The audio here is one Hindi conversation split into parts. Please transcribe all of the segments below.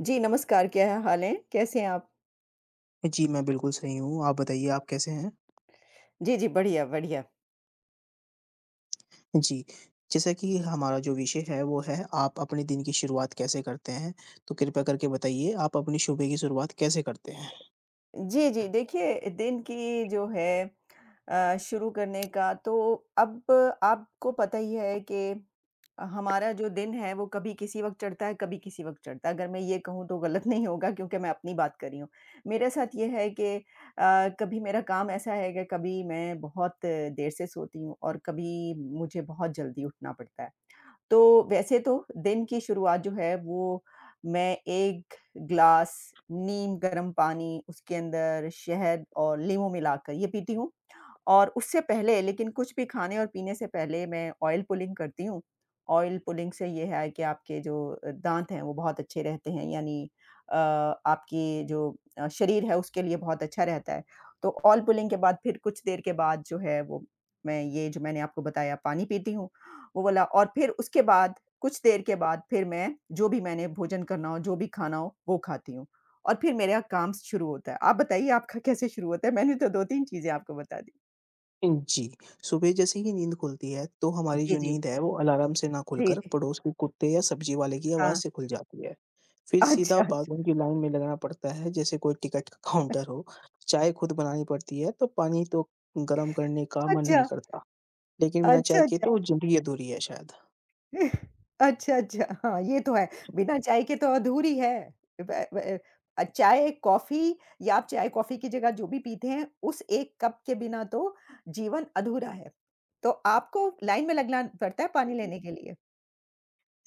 जी, नमस्कार, क्या हाल है? कैसे हैं आप? जी, मैं बिल्कुल सही हूँ। आप बताइए आप कैसे हैं? जी, जी, बढ़िया, बढ़िया। जी, जैसा कि हमारा जो विषय है वो है आप अपने दिन की शुरुआत कैसे करते हैं? तो कृपया करके बताइए आप अपनी सुबह की शुरुआत कैसे करते हैं? जी, जी, देखिए दिन की जो है शुरू करने का तो अब आपको पता ही है कि हमारा जो दिन है वो कभी किसी वक़्त चढ़ता है, कभी किसी वक़्त चढ़ता है। अगर मैं ये कहूँ तो गलत नहीं होगा क्योंकि मैं अपनी बात कर रही हूँ। मेरे साथ ये है कि कभी मेरा काम ऐसा है कि कभी मैं बहुत देर से सोती हूँ और कभी मुझे बहुत जल्दी उठना पड़ता है। तो वैसे तो दिन की शुरुआत जो है वो मैं 1 ग्लास नीम गर्म पानी उसके अंदर शहद और लीमू मिलाकर ये पीती हूँ। और उससे पहले लेकिन कुछ भी खाने और पीने से पहले मैं ऑयल पुलिंग करती हूँ। ऑयल पुलिंग से ये है कि आपके जो दाँत हैं वो बहुत अच्छे रहते हैं यानी अ, आपकी जो शरीर है उसके लिए बहुत अच्छा रहता है। तो ऑयल पुलिंग के बाद फिर कुछ देर के बाद जो है वो मैं ये जो मैंने आपको बताया पानी पीती हूँ, वो वाला, और फिर उसके बाद कुछ देर के बाद फिर मैं जो भी मैंने भोजन करना हो, जो भी खाना हो वो खाती हूँ और फिर मेरा काम शुरू होता है। आप बताइए आपका कैसे शुरू होता है? मैंने तो 2-3 चीज़ें आपको बता दी। जी, सुबह जैसे ही नींद खुलती है तो हमारी जी, जो जी। नींद है वो अलार्म से ना जी, खुलकर जी। पड़ोस के कुत्ते या सब्जी वाले की आवाज़ हाँ। से खुल जाती है। फिर सीधा अच्छा, अच्छा। बाथरूम की लाइन में लगना पड़ता है जैसे कोई टिकट का काउंटर हो। चाय खुद बनानी पड़ती है तो पानी तो गरम करने का मन नहीं अच्छा, करता, लेकिन बिना चाय अच्छा, के अच्छा। तो ज़िंदगी अधूरी है शायद। अच्छा, अच्छा। हाँ, ये तो है। बिना चाय के तो अधूरी है। व व अ, चाय, कॉफ़ी, या आप चाय, कॉफ़ी की जगह जो भी पीते हैं, उस 1 कप के बिना तो जीवन अधूरा है। तो आपको लाइन में लगना पड़ता है पानी लेने के लिए।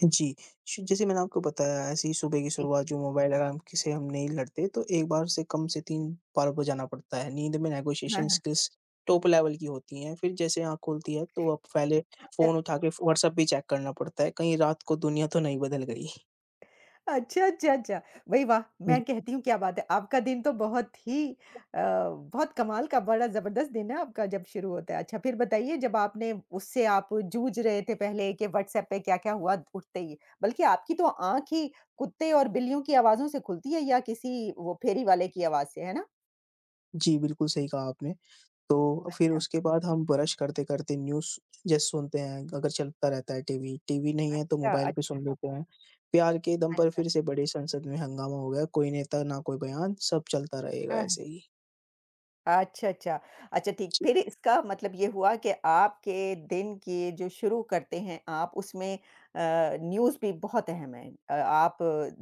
जी, श जैसे मैंने आपको बताया ऐसे ही सुबह की जी। शुरुआत जो मोबाइल अलार्म की से हम नहीं लड़ते तो एक बार से कम से 3 बार बजाना पड़ता है। नींद में हाँ, नेगोशिएशन हाँ। स्किल्स टॉप लेवल की होती हैं। फिर जैसे आँख खुलती है तो अब पहले अच्छा। फ़ोन उठा के व्हाट्सएप भी चेक करना पड़ता है, कहीं रात को दुनिया तो नहीं बदल गई। अच्छा, अच्छा, अच्छा। भई वाह! जी, मैं कहती हूँ क्या बात है, आपका दिन तो बहुत ही बहुत कमाल का, बड़ा ज़बरदस्त दिन है आपका जब शुरू होता है। अच्छा फिर बताइए जब आपने उससे आप जूझ रहे थे पहले कि व्हाट्सएप पे क्या-क्या हुआ उठते ही, बल्कि आपकी तो आँख ही कुत्ते और बिल्लियों की आवाज़ों से खुलती है या किसी वो फेरी वाले की आवाज़ से, है ना? जी, बिल्कुल सही कहा आपने। तो फिर अच्छा। उसके बाद हम ब्रश करते-करते न्यूज़ जस्ट सुनते हैं, अगर चलता रहता है टीवी, टीवी नहीं है तो अच्छा, मोबाइल पे अच्छा, सुन लेते हैं। प्यार के दम पर अच्छा। फिर से बड़ी संसद में हंगामा हो गया, कोई नेता ना कोई बयान, सब चलता रहेगा हाँ, हाँ। ऐसे ही। अच्छा, अच्छा। अच्छा ठीक, जी, फिर इसका मतलब ये हुआ कि आपके दिन की जो शुरू करते हैं आप उसमें अ, न्यूज़ भी बहुत अहम है। आप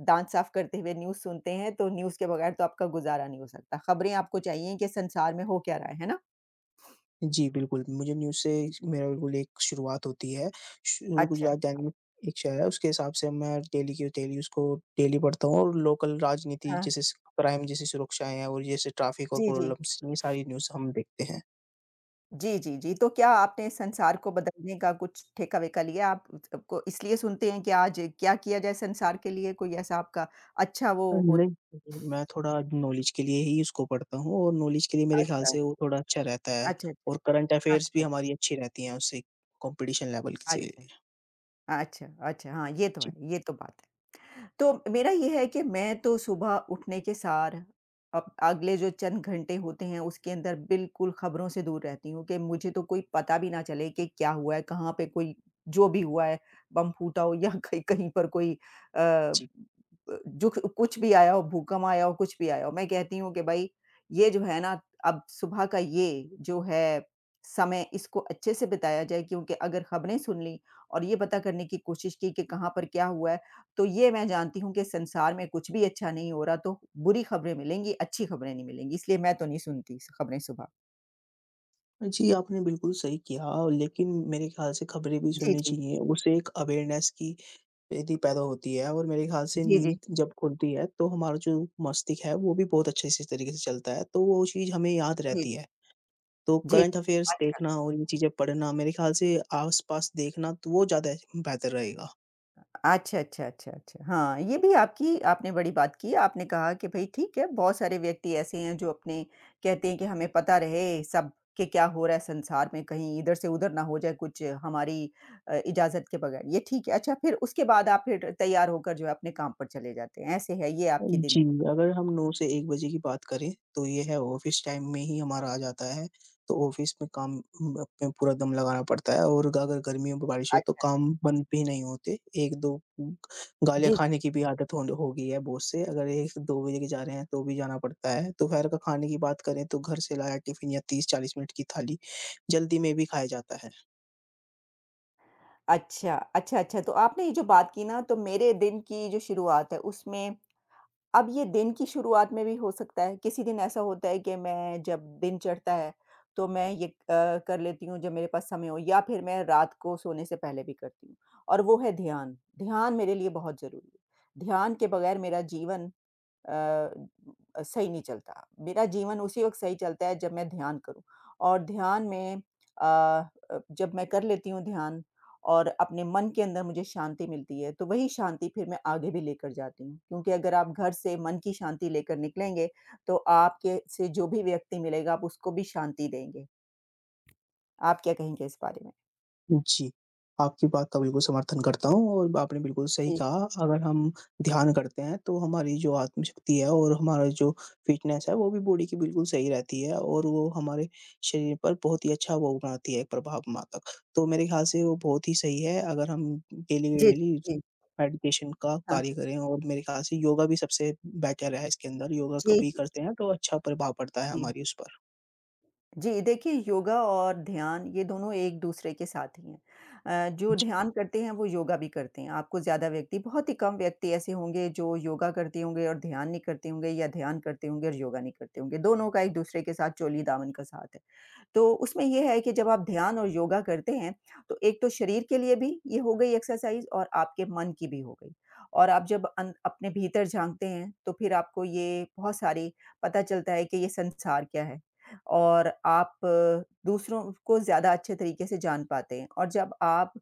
दाँत साफ़ करते हुए न्यूज़ सुनते हैं, तो न्यूज़ के बगैर तो आपका गुज़ारा नहीं हो सकता। ख़बरें आपको चाहिए कि संसार में हो क्या रहा है ना? जी बिल्कुल, मुझे न्यूज़ से मेरा बिल्कुल एक शुरुआत होती है। शु अच्छा, गुजरात दैनिक एक शहर है, उसके हिसाब से मैं डेली की डेली उसको डेली पढ़ता हूँ और लोकल राजनीति हाँ। जैसे स क्राइम जैसी सुरक्षाएँ हैं और जैसे ट्रैफिक और जी, जी। प्रॉब्लम्स, ये सारी न्यूज़ हम देखते हैं। जी, जी, जी। तो क्या आपने संसार को बदलने का कुछ ठेका-वेका लिया? आप को इसलिए सुनते हैं कि आज क्या किया जाए संसार के लिए, कोई ऐसा आपका अच्छा वो हो। नहीं, मैं थोड़ा नॉलेज के लिए ही उसको पढ़ता हूँ और नॉलेज के लिए मेरे ख्याल अच्छा, से वो थोड़ा अच्छा रहता है अच्छा, और करंट अच्छा, अफ़ेयर्स भी अच्छा, हमारी अच्छी रहती हैं उससे कॉम्पिटिशन लेवल की से। अच्छा। अच्छा, अच्छा। हाँ, ये तो जी, है, ये तो बात है। तो मेरा ये है कि मैं तो सुबह उठने के सार, अब अगले जो चंद घंटे होते हैं उसके अंदर बिल्कुल खबरों से दूर रहती हूँ कि मुझे तो कोई पता भी ना चले कि क्या हुआ है, कहाँ पे कोई जो भी हुआ है, बम फूटा हो या कहीं कहीं पर कोई अ, ब जी। जो कुछ भी आया हो, भूकंप आया हो, कुछ भी आया हो। मैं कहती हूँ कि भाई, ये जो है ना, अब सुबह का ये जो है समय, इसको अच्छे से बिताया जाए, क्योंकि अगर खबरें सुन ली और ये पता करने की कोशिश की कि कहाँ पर क्या हुआ है, तो ये मैं जानती हूँ कि संसार में कुछ भी अच्छा नहीं हो रहा, तो बुरी खबरें मिलेंगी, अच्छी खबरें नहीं मिलेंगी, इसलिए मैं तो नहीं सुनती स खबरें सुबह। हाँ जी, आपने बिल्कुल सही किया लेकिन मेरे ख्याल से खबरें भी जी, सुननी जी। चाहिए, उससे एक अवेयरनेस की यदि पैदा होती है और मेरे ख्याल से जी, जी। नींद जब खुलती है, तो हमारा जो मस्तिष्क है वो भी बहुत अच्छे से तरीके से चलता है, तो वो चीज़ हमें याद जी, रहती है। तो जी। करंट अफ़ेयर्स अच्छा। देखना और ये चीज़ें पढ़ना मेरे ख़्याल से आस-पास देखना तो वो ज़्यादा बेहतर रहेगा। अच्छा, अच्छा, अच्छा, अच्छा। हाँ, ये भी आपकी, आपने बड़ी बात की। आपने कहा कि भई ठीक है, बहुत सारे व्यक्ति ऐसे हैं जो अपने कहते हैं कि हमें पता रहे सब कि क्या हो रहा है संसार में, कहीं इधर से उधर ना हो जाए कुछ हमारी इजाज़त के बगैर, ये ठीक है। अच्छा फिर उसके बाद आप फिर तैयार होकर जो है अपने काम पर चले जाते हैं, ऐसे है ये अ, आपकी दिन। जी, अगर हम 9 से 1 बजे की बात करें तो ये है ऑफ़िस टाइम में ही हमारा आ जाता है, तो ऑफ़िस में काम उम, में पूरा दम लगाना पड़ता है और अगर गर्मियों में बारिश हो तो अच्छा। काम बंद भी नहीं होते। 1-2 उम, गालियाँ जी। खाने की भी आदत होन हो गई है बॉस से, अगर 1-2 बजे के जा रहे हैं तो भी जाना पड़ता है। दोपहर का खाने की बात करें तो घर से लाया टिफ़िन या 30-40 मिनट की थाली जल्दी में भी खाया जाता है। अच्छा, अच्छा, अच्छा, तो आपने ये जो बात की ना, तो मेरे दिन की जो शुरुआत है, उसमें अब ये दिन की शुरुआत में भी हो सकता है, किसी दिन ऐसा होता है कि मैं, जब दिन चढ़ता है, तो मैं ये कर लेती हूँ, जब मेरे पास समय हो, या फिर मैं रात को सोने से पहले भी करती हूँ, और वो है ध्यान। ध्यान मेरे लिए बहुत ज़रूरी है। ध्यान के बगैर मेरा जीवन सही नहीं चलता। मेरा जीवन उसी वक़्त सही चलता है जब मैं ध्यान करूँ, और ध्यान में अ जब मैं कर लेती हूँ ध्यान और अपने मन के अंदर मुझे शांति मिलती है, तो वही शांति फिर मैं आगे भी लेकर जाती हूँ। क्योंकि अगर आप घर से मन की शांति लेकर निकलेंगे, तो आपके से जो भी व्यक्ति मिलेगा, आप उसको भी शांति देंगे। आप क्या कहेंगे इस बारे में? जी, आपकी बात का बिल्कुल समर्थन करता हूँ और आपने बिल्कुल सही जी। कहा, अगर हम ध्यान करते हैं तो हमारी जो आत्मशक्ति है और हमारा जो फ़िटनेस है वो भी बॉडी की बिल्कुल सही रहती है और वो हमारे शरीर पर बहुत ही अच्छा वो बनाती है प्रभाव मात्रक। तो मेरे ख़्याल से वो बहुत ही सही है अगर हम डेली के जी, जी, डेली जी। मेडिटेशन का हाँ। कार्य करें और मेरे ख़्याल से योगा भी सबसे बेटर है इसके अंदर, योगा जी, कभी जी, करते हैं तो अच्छा प्रभाव पड़ता है जी। हमारी उस जी, देखिए, योगा और ध्यान, ये दोनों एक दूसरे के साथ ही हैं। जो पर। ध्यान करते हैं वो योगा भी करते हैं। आपको ज़्यादा व्यक्ति, बहुत ही कम व्यक्ति ऐसे होंगे जो योगा करते होंगे और ध्यान नहीं करते होंगे, या ध्यान करते होंगे और योगा नहीं करते होंगे। दोनों का एक दूसरे के साथ चोली दामन का साथ है। तो उसमें ये है कि जब आप ध्यान और योगा करते हैं, तो एक तो शरीर के लिए भी ये हो गई एक्सरसाइज़, और आपके मन की भी हो गई। और आप जब अन अपने भीतर झाँकते हैं, तो फिर आपको ये बहुत सारी पता चलता है कि ये संसार क्या है? और आप दूसरों को ज़्यादा अच्छे तरीके से जान पाते हैं, और जब आप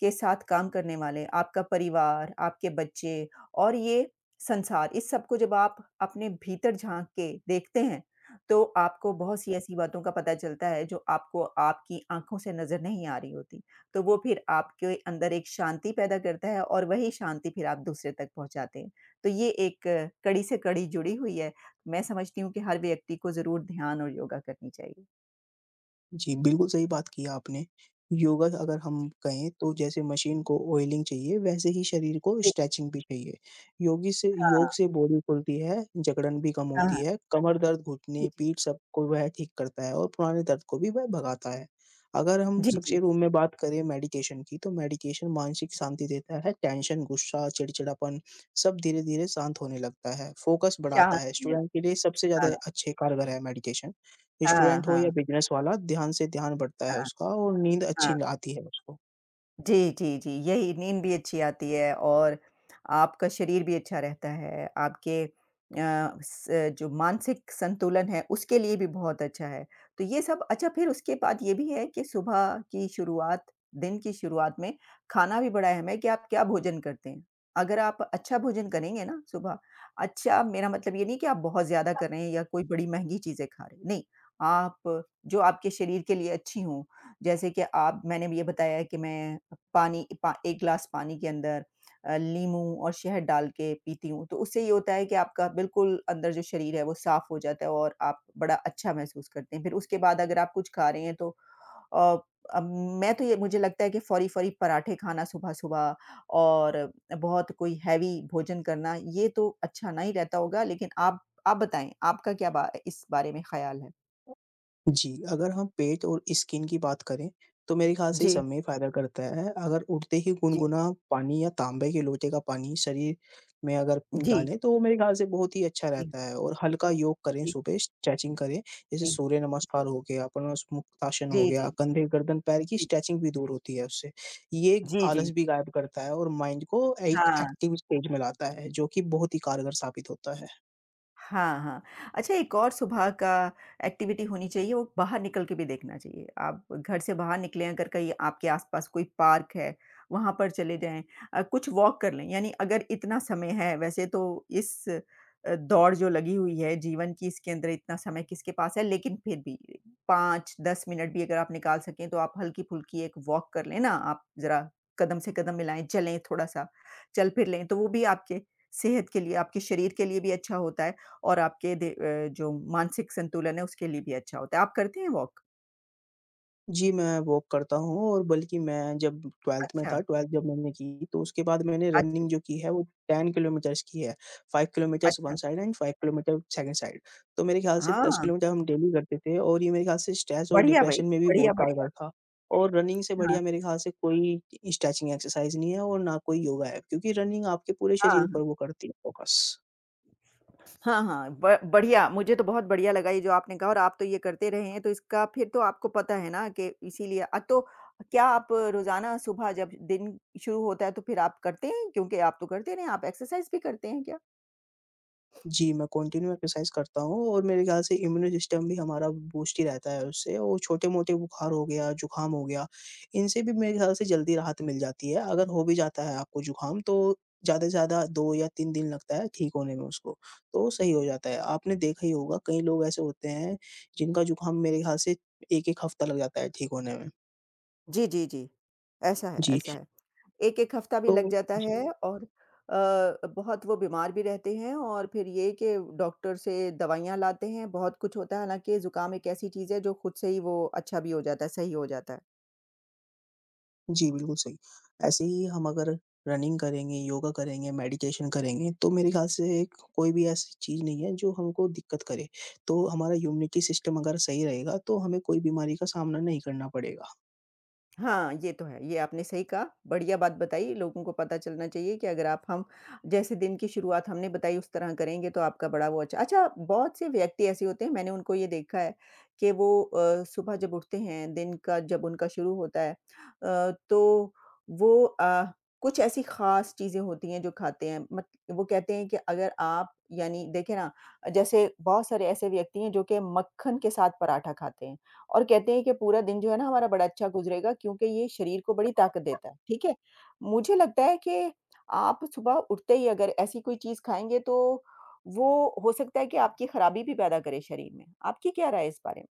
के साथ काम करने वाले, आपका परिवार, आपके बच्चे और ये संसार, इस सब को जब आप अपने भीतर झाँक के देखते हैं, तो आपको बहुत सी ऐसी बातों का पता चलता है जो आपको आपकी आँखों से नज़र नहीं आ रही होती। तो वो फिर आपके अंदर एक शांति पैदा करता है, और वही शांति फिर आप दूसरे तक पहुँचाते हैं। तो ये एक कड़ी से कड़ी जुड़ी हुई है। मैं समझती हूँ कि हर व्यक्ति को ज़रूर ध्यान और योगा करनी चाहिए। जी, बिल्कुल सही बात की आपने। योगा अगर हम कहें तो जैसे मशीन को ऑयलिंग चाहिए वैसे ही शरीर को जी, स्ट्रेचिंग भी चाहिए। योगी से हाँ, योग से बॉडी खुलती है, जकड़न भी कम हाँ, होती हाँ। है, कमर दर्द, जी, घुटने, जी। पीठ सबको वह ठीक करता है और पुराने दर्द को भी वह भगाता है। अगर हम जी, सबसे जी। रूम में बात करें मेडिकेशन की तो मेडिकेशन मानसिक जी, शांति देता है, टेंशन, गुस्सा, चिड़चिड़ापन सब धीरे-धीरे शांत होने लगता है, फोकस शांत बढ़ाता है। होने लगे। स्टूडेंट के लिए सबसे ज़्यादा हाँ, अच्छे कारगर है मेडिकेशन। हाँ, स्टूडेंट हो या हाँ, बिज़नेस वाला ध्यान से ध्यान बढ़ता हाँ, है हाँ। उसका और नींद अच्छी आती है उसको। जी, जी, जी। यही, नींद भी अच्छी आती है, और आपका शरीर भी अच्छा रहता है, आपके अ, स जो मानसिक संतुलन है उसके लिए भी बहुत अच्छा है। तो ये सब अच्छा। फिर उसके बाद ये भी है कि सुबह की शुरुआत, दिन की शुरुआत में खाना भी बड़ा अहम है कि आप क्या भोजन करते हैं। अगर आप अच्छा भोजन करेंगे ना सुबह, अच्छा, मेरा मतलब ये नहीं कि आप बहुत ज़्यादा कर रहे हैं या कोई बड़ी महँगी चीज़ें खा रहे हैं, नहीं। आप जो आपके शरीर के लिए अच्छी हों, जैसे कि आप, मैंने भी ये बताया कि मैं पानी पा 1 ग्लास पानी के अंदर लीमू और शहद डाल के पीती हूँ, तो उससे ये होता है कि आपका बिल्कुल अंदर जो शरीर है वो साफ़ हो जाता है, और आप बड़ा अच्छा महसूस करते हैं। फिर उसके बाद अगर आप कुछ खा रहे हैं तो अ, अब मैं तो, ये मुझे लगता है कि फौरी-फौरी पराठे खाना सुबह-सुबह और बहुत कोई हैवी भोजन करना, ये तो अच्छा नहीं रहता होगा, लेकिन आप बताएँ, आपका क्या बा इस बारे में ख़्याल है? जी, अगर हम पेट और स्किन की बात करें, तो मेरे ख़्याल से ये जी, सब में ही फ़ायदा करता है। अगर उठते ही जी, गुनगुना पानी या ताँबे के लोटे का पानी शरीर में अगर जी, डालें, तो मेरे ख़्याल से बहुत ही अच्छा जी, रहता है और हल्का योग करें जी। सुबह, स्ट्रेचिंग करें, जैसे जी, सूर्य जी, नमस्कार हो गया, अपनास मुक्तासन हो जी, गया, जी, कंधे, गर्दन, पैर की जी, स्ट्रेचिंग भी दूर होती है उससे। ये जी, जी, आलस भी गायब करता है और माइंड को एक हाँ, एक्टिव स्टेज में लाता है, जो कि बहुत ही कारगर साबित होता है। हाँ, हाँ। अच्छा, एक और सुबह का एक्टिविटी होनी चाहिए, वो बाहर निकल के भी देखना चाहिए। आप घर से बाहर निकलें, अगर कहीं आपके आस-पास कोई पार्क है, वहाँ पर चले जाएँ। कुछ वॉक कर लें, यानी अगर इतना समय है, वैसे तो इस दौड़ जो लगी हुई है जीवन की, इसके अंदर इतना समय किसके पास है, लेकिन फिर भी 5-10 मिनट भी अगर आप निकाल सकें तो आप हल्की-फुल्की एक वॉक कर लें ना, आप ज़रा कदम से कदम मिलाएँ, चलें थोड़ा-सा, चल फिर लें, तो वो भी आपके सेहत के लिए, आपके शरीर के लिए भी अच्छा होता है। और आपके जो मानसिक संतुलन है उसके लिए भी अच्छा होता है। आप करते हैं वॉक? जी, मैं वॉक करता हूँ और बल्कि मैं जब 12th में अच्छा, था, 12th जब मैंने की, तो उसके बाद मैंने अच्छा, रनिंग जो अच्छा, की है वो 10 किलोमीटर्स की है। 5 किलोमीटर्स वन अच्छा। Side and 5 kilometre second side. तो मेरे ख्याल से 10 हाँ, किलोमीटर हम डेली करते थे और ये मेरे ख्याल से स्ट्रेस और बढ़िया भाई, डिप्रेशन में भी बहुत बढ़िया, बढ़िया। कारगर था। और रनिंग से हाँ, बढ़िया मेरे ख्याल से कोई स्ट्रेचिंग एक्सरसाइज़ नहीं है और ना कोई योगा है, क्योंकि रनिंग आपके पूरे शरीर हाँ, पर वो करती है फोकस। हाँ, हाँ, ब बढ़िया, मुझे तो बहुत बढ़िया लगा ये जो आपने कहा, और आप तो ये करते रहे हैं, तो इसका फिर तो आपको पता है ना, कि इसीलिए तो क्या आप रोज़ाना सुबह जब दिन शुरू होता है तो फिर आप करते हैं? क्योंकि आप तो करते रहे हैं, आप एक्सरसाइज़ भी करते हैं क्या? जी, मैं कंटिन्यू एक्सरसाइज़ करता हूँ और मेरे ख़्याल से इम्यून सिस्टम भी हमारा बूस्ट ही रहता है उससे और छोटे-मोटे बुखार हो गया, ज़ुकाम हो गया, इनसे भी मेरे ख़्याल से जल्दी राहत मिल जाती है। अगर हो भी जाता है आपको ज़ुकाम तो ज़्यादा से ज़्यादा 2 या 3 दिन लगता है ठीक होने में उसको, तो सही हो जाता है। आपने देखा ही होगा कई लोग ऐसे होते हैं जिनका ज़ुकाम मेरे ख़्याल से 1-1 हफ़्ता लग जाता है ठीक होने में। जी, जी, जी। ऐसा है, जी, ऐसा है। 1-1 हफ्ता भी लग तो जाता जी। है जी। और अ, बहुत वो बीमार भी रहते हैं, और फिर ये कि डॉक्टर से दवाइयाँ लाते हैं, बहुत कुछ होता है, हालाँकि ज़ुकाम एक ऐसी चीज़ है जो खुद से ही वो अच्छा भी हो जाता है, सही हो जाता है। जी, बिल्कुल सही। ऐसे ही हम अगर रनिंग करेंगे, योगा करेंगे, मेडिटेशन करेंगे, तो मेरे ख़्याल से कोई भी ऐसी चीज़ नहीं है जो हमको दिक्कत करे। तो हमारा इम्यूनिटी सिस्टम अगर सही रहेगा, तो हमें कोई बीमारी का सामना नहीं करना पड़ेगा। हाँ, ये तो है। ये आपने सही कहा, बढ़िया बात बताई। लोगों को पता चलना चाहिए कि अगर आप, हम जैसे दिन की शुरुआत हमने बताई उस तरह करेंगे, तो आपका बड़ा वो अच्छा, अच्छा, बहुत से व्यक्ति ऐसे होते हैं, मैंने उनको ये देखा है कि वो सुबह जब उठते हैं, दिन का जब उनका शुरू होता है, तो वो कुछ ऐसी ख़ास चीज़ें होती हैं जो खाते हैं। मत, वो कहते हैं कि अगर आप, यानी देखें ना, जैसे बहुत सारे ऐसे व्यक्ति हैं जो कि मक्खन के साथ पराठा खाते हैं। और कहते हैं कि पूरा दिन जो है ना हमारा बड़ा अच्छा गुज़रेगा क्योंकि ये शरीर को बड़ी ताकत देता है, ठीक है? मुझे लगता है कि आप सुबह उठते ही अगर ऐसी कोई चीज़ खाएँगे तो वो हो सकता है कि आपकी खराबी भी पैदा करे शरीर में। आपकी क्या राय है इस बारे में?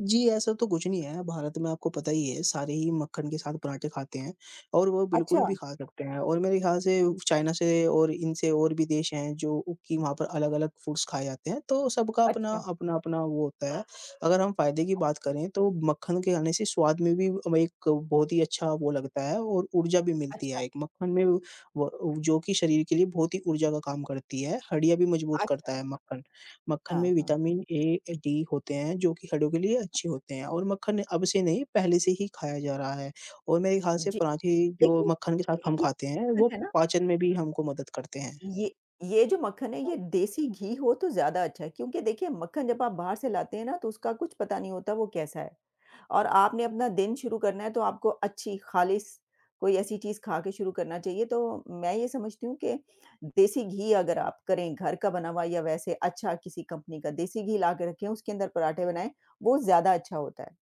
जी, ऐसा तो कुछ नहीं है, भारत में आपको पता ही है, सारे ही मक्खन के साथ पराठे खाते हैं और वो बिल्कुल अच्छा, भी खा सकते हैं और मेरे ख़्याल से चाइना से और इनसे और भी देश हैं जो कि वहाँ पर अलग-अलग फूड्स खाए जाते हैं, तो सबका अपना, अच्छा, अपना-अपना वो होता है। अगर हम फ़ायदे की बात करें तो मक्खन के खाने से स्वाद में भी एक बहुत ही अच्छा वो लगता है और ऊर्जा भी मिलती अच्छा, है, एक मक्खन में व जो कि शरीर के लिए बहुत ही ऊर्जा का काम करती है, हड्डियाँ भी मजबूत अच्छा। करता है मक्खन। मक्खन में हाँ, हाँ। विटामिन ए, डी होते हैं जो कि हड्डियों के लिए अच्छे होते हैं और मक्खन अब से नहीं पहले से ही खाया जा रहा है और मेरे ख़्याल से जी, पराठे जो लेकिन मक्खन के साथ हम लेकिन ये खाते हैं मक्खन वो है ना, पाचन में भी हमको मदद करते हैं। ये ये जो मक्खन है, ये देसी घी हो तो ज़्यादा अच्छा है, क्योंकि देखिए, मक्खन जब आप बाहर से लाते हैं ना, तो उसका कुछ पता नहीं होता वो कैसा है। और आपने अपना दिन शुरू करना है तो आपको अच्छी ख़ालिस कोई ऐसी चीज़ खा के शुरू करना चाहिए। तो मैं ये समझती हूँ कि देसी घी, अगर आप करें घर का बना हुआ, या वैसे अच्छा किसी कंपनी का देसी घी ला के रखें, उसके अंदर पराठे बनाएँ, वो ज़्यादा अच्छा होता है।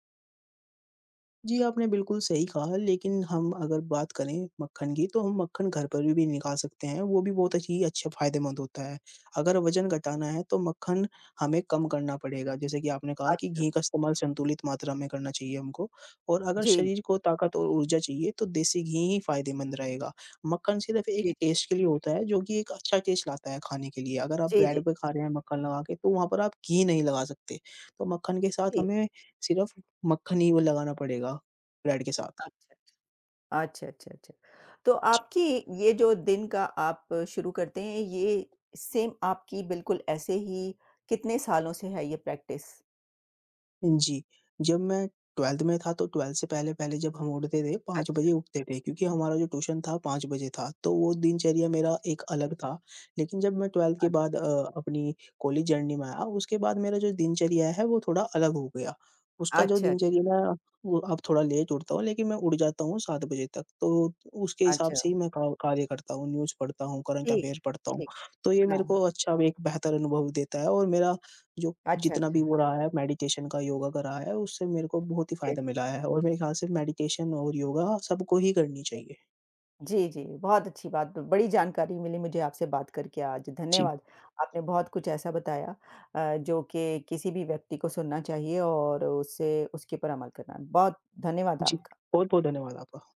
जी, आपने बिल्कुल सही कहा, लेकिन हम अगर बात करें मक्खन की, तो हम मक्खन घर पर भी निकाल सकते हैं, वो भी बहुत अच्छी अच्छा फ़ायदेमंद होता है। अगर वज़न घटाना है, तो मक्खन हमें कम करना पड़ेगा, जैसे कि आपने कहा कि अच्छा। घी का इस्तेमाल संतुलित मात्रा में करना चाहिए हमको और अगर जी, शरीर को ताकत और ऊर्जा चाहिए, तो देसी घी ही फ़ायदेमंद रहेगा। मक्खन सिर्फ़ एक जी, टेस्ट के लिए होता है, जो कि एक अच्छा टेस्ट लाता है खाने के लिए। अगर आप जी, ब्रेड जी, पे खा रहे हैं मक्खन लगा के, तो वहाँ पर आप घी नहीं लगा सकते। तो मक्खन के साथ जी। हमें सिर्फ़ मक्खन ही वो लगाना पड़ेगा ब्रेड के साथ। अच्छा। अच्छा, अच्छा, अच्छा। तो आपकी ये जो दिन का आप शुरू करते हैं, ये सेम आपकी बिल्कुल ऐसे ही कितने सालों से है ये प्रैक्टिस? जी, जब मैं 12th में था तो 12th से पहले-पहले जब हम उठते थे 5 अच्छा, बजे उठते थे क्योंकि हमारा जो ट्यूशन था 5 बजे था, तो वो दिनचर्या अच्छा, मेरा अच्छा। एक अलग था। लेकिन जब मैं 12th के बाद अपनी कॉलेज जर्नी में आया उसके बाद मेरा जो दिनचर्या है वो थोड़ा अलग हो गया। उसका जो अच्छा, अच्छा। दिनचर्या है, वो अब थोड़ा लेट उठता हूँ लेकिन मैं उठ जाता हूँ 7 बजे तक, तो उसके हिसाब अच्छा, से ही मैं का कार्य करता हूँ, न्यूज़ पढ़ता हूँ, करंट ठीक, अफेयर पढ़ता हूँ। ठीक। तो ये हाँ, मेरे हाँ। को अच्छा एक बेहतर अनुभव देता है और मेरा जो अच्छा, जितना भी अच्छा। वो रहा है मेडिटेशन का, योगा का रहा है, उससे मेरे को बहुत ही जी, फ़ायदा मिला है और मेरे ख़्याल से मेडिटेशन और योगा सबको ही करनी जी। चाहिए। जी, जी, बहुत अच्छी बात, बड़ी जानकारी मिली मुझे आपसे बात करके आज, जी, धन्यवाद। आपने बहुत कुछ ऐसा बताया जो कि किसी भी व्यक्ति को सुनना चाहिए और उससे, उसके ऊपर अमल करना। बहुत धन्यवाद जी। आपका। बहुत-बहुत धन्यवाद आपका।